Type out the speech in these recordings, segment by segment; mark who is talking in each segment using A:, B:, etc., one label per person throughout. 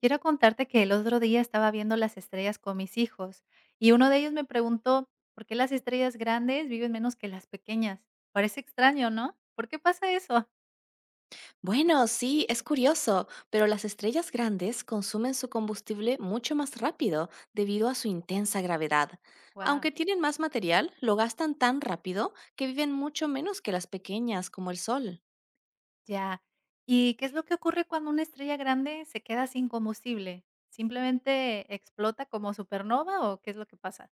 A: Quiero contarte que el otro día estaba viendo las estrellas con mis hijos y uno de ellos me preguntó, ¿por qué las estrellas grandes viven menos que las pequeñas? Parece extraño, ¿no? ¿Por qué pasa eso?
B: Bueno, sí, es curioso, pero las estrellas grandes consumen su combustible mucho más rápido debido a su intensa gravedad.
A: Wow,
B: Aunque tienen más material, lo gastan tan rápido que viven mucho menos que las pequeñas como el Sol,
A: ya. ¿Y qué es lo que ocurre cuando una estrella grande se queda sin combustible? ¿Simplemente explota como supernova o qué es lo que pasa?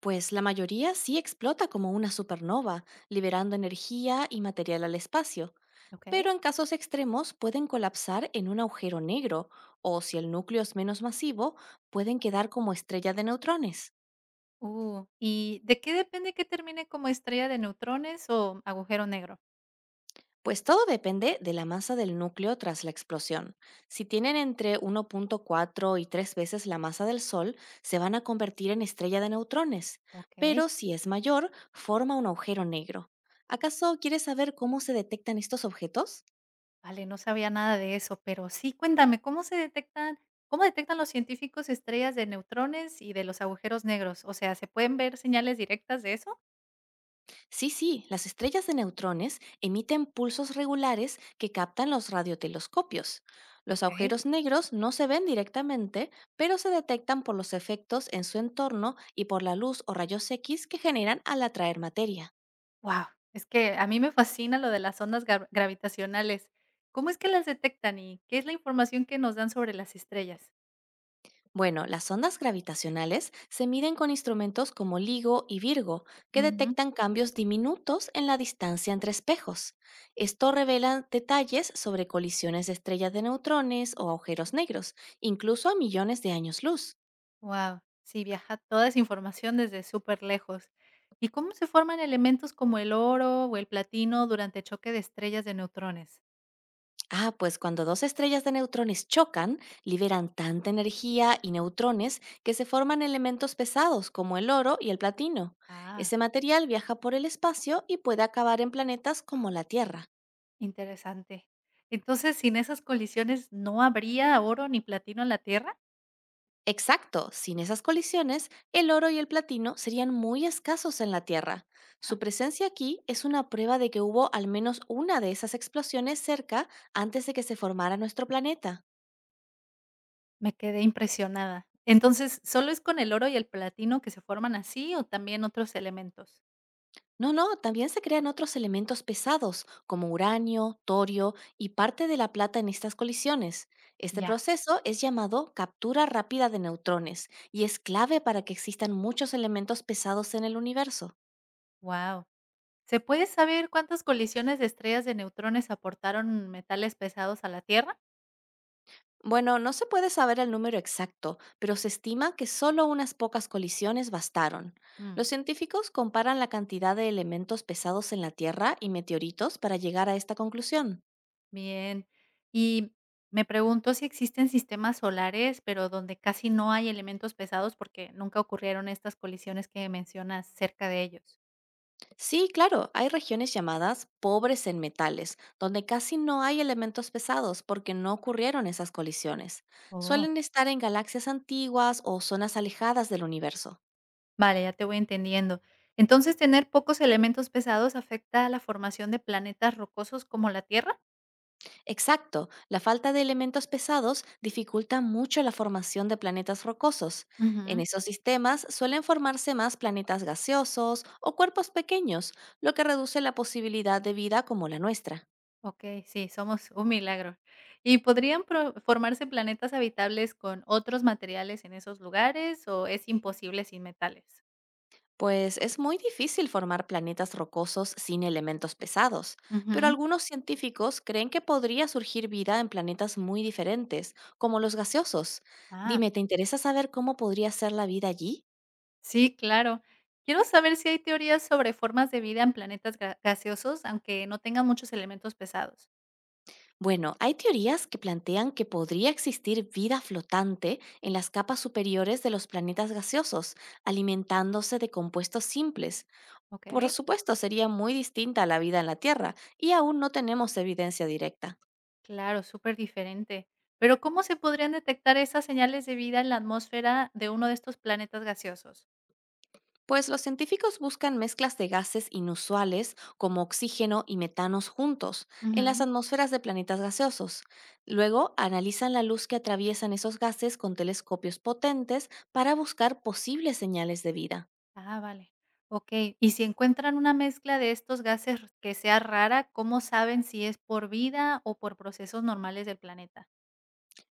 B: pues la mayoría sí explota como una supernova, liberando energía y material al espacio.
A: Ok.
B: Pero en casos extremos pueden colapsar en un agujero negro, o si el núcleo es menos masivo, pueden quedar como estrella de neutrones.
A: ¿Y de qué depende que termine como estrella de neutrones o agujero negro?
B: Pues todo depende de la masa del núcleo tras la explosión. Si tienen entre 1.4 y 3 veces la masa del Sol, se van a convertir en estrella de neutrones,
A: Ok.
B: pero si es mayor, forma un agujero negro. ¿Acaso quieres saber cómo se detectan estos objetos?
A: Vale, no sabía nada de eso, pero sí, cuéntame, ¿cómo se detectan, cómo detectan los científicos estrellas de neutrones y de los agujeros negros? O sea, ¿se pueden ver señales directas de eso?
B: Sí, sí, las estrellas de neutrones emiten pulsos regulares que captan los radiotelescopios. Los
A: Ok.
B: agujeros negros no se ven directamente, pero se detectan por los efectos en su entorno y por la luz o rayos X que generan al atraer materia.
A: Wow, es que a mí me fascina lo de las gravitacionales. ¿Cómo es que las detectan y qué es la información que nos dan sobre las estrellas?
B: Bueno, las ondas gravitacionales se miden con instrumentos como LIGO y Virgo, que detectan cambios diminutos en la distancia entre espejos. Esto revela detalles sobre colisiones de estrellas de neutrones o agujeros negros, incluso a millones de años luz.
A: Wow, sí, viaja toda esa información desde súper lejos. ¿Y cómo se forman elementos como el oro o el platino durante choque de estrellas de neutrones?
B: Ah, pues cuando dos estrellas de neutrones chocan, liberan tanta energía y neutrones que se forman elementos pesados como el oro y el platino.
A: Ah.
B: Ese material viaja por el espacio y puede acabar en planetas como la Tierra.
A: Interesante. Entonces, sin esas colisiones, ¿no habría oro ni platino en la Tierra?
B: Exacto, sin esas colisiones, el oro y el platino serían muy escasos en la Tierra.
A: Ja,
B: Su presencia aquí es una prueba de que hubo al menos una de esas explosiones cerca antes de que se formara nuestro planeta.
A: me quedé impresionada. Entonces, ¿solo es con el oro y el platino que se forman así o también otros elementos?
B: No, no, también se crean otros elementos pesados, como uranio, torio y parte de la plata en estas colisiones. Este
A: Ya,
B: proceso es llamado captura rápida de neutrones y es clave para que existan muchos elementos pesados en el universo.
A: wow. ¿Se puede saber cuántas colisiones de estrellas de neutrones aportaron metales pesados a la Tierra?
B: Bueno, no se puede saber el número exacto, pero se estima que solo unas pocas colisiones bastaron. Los
A: Mm,
B: científicos comparan la cantidad de elementos pesados en la Tierra y meteoritos para llegar a esta conclusión.
A: bien. Y me pregunto si existen sistemas solares, pero donde casi no hay elementos pesados porque nunca ocurrieron estas colisiones que mencionas cerca de ellos.
B: Sí, claro, hay regiones llamadas pobres en metales, donde casi no hay elementos pesados porque no ocurrieron esas colisiones.
A: Oh.
B: Suelen estar en galaxias antiguas o zonas alejadas del universo.
A: Vale, ya te voy entendiendo. Entonces, ¿tener pocos elementos pesados afecta a la formación de planetas rocosos como la Tierra?
B: Exacto, la falta de elementos pesados dificulta mucho la formación de planetas rocosos. En
A: Ujú.
B: esos sistemas suelen formarse más planetas gaseosos o cuerpos pequeños, lo que reduce la posibilidad de vida como la nuestra.
A: Ok, sí, somos un milagro. ¿Y podrían formarse planetas habitables con otros materiales en esos lugares o es imposible sin metales?
B: Pues es muy difícil formar planetas rocosos sin elementos pesados, pero
A: Ujú.
B: algunos científicos creen que podría surgir vida en planetas muy diferentes, como los gaseosos.
A: Ah,
B: Dime, ¿te interesa saber cómo podría ser la vida allí?
A: sí, claro. Quiero saber si hay teorías sobre formas de vida en gaseosos, aunque no tengan muchos elementos pesados.
B: Bueno, hay teorías que plantean que podría existir vida flotante en las capas superiores de los planetas gaseosos, alimentándose de compuestos simples.
A: Ok.
B: Por supuesto, sería muy distinta a la vida en la Tierra, y aún no tenemos evidencia directa.
A: Claro, súper diferente. Pero, ¿cómo se podrían detectar esas señales de vida en la atmósfera de uno de estos planetas gaseosos?
B: Pues los científicos buscan mezclas de gases inusuales como oxígeno y metanos juntos en las
A: Ujú.
B: atmosferas de planetas gaseosos. Luego analizan la luz que atraviesan esos gases con telescopios potentes para buscar posibles señales de vida.
A: Ah, vale. Ok. Y si encuentran una mezcla de estos gases que sea rara, ¿cómo saben si es por vida o por procesos normales del planeta?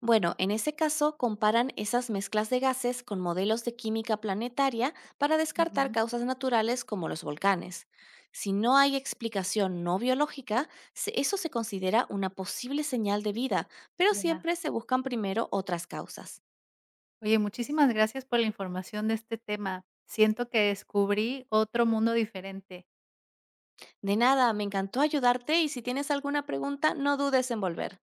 B: Bueno, en ese caso comparan esas mezclas de gases con modelos de química planetaria para descartar
A: Ujú.
B: causas naturales como los volcanes. Si no hay explicación no biológica, eso se considera una posible señal de vida, pero
A: Ya.
B: siempre se buscan primero otras causas.
A: Oye, muchísimas gracias por la información de este tema. Siento que descubrí otro mundo diferente.
B: De nada, me encantó ayudarte y si tienes alguna pregunta, no dudes en volver.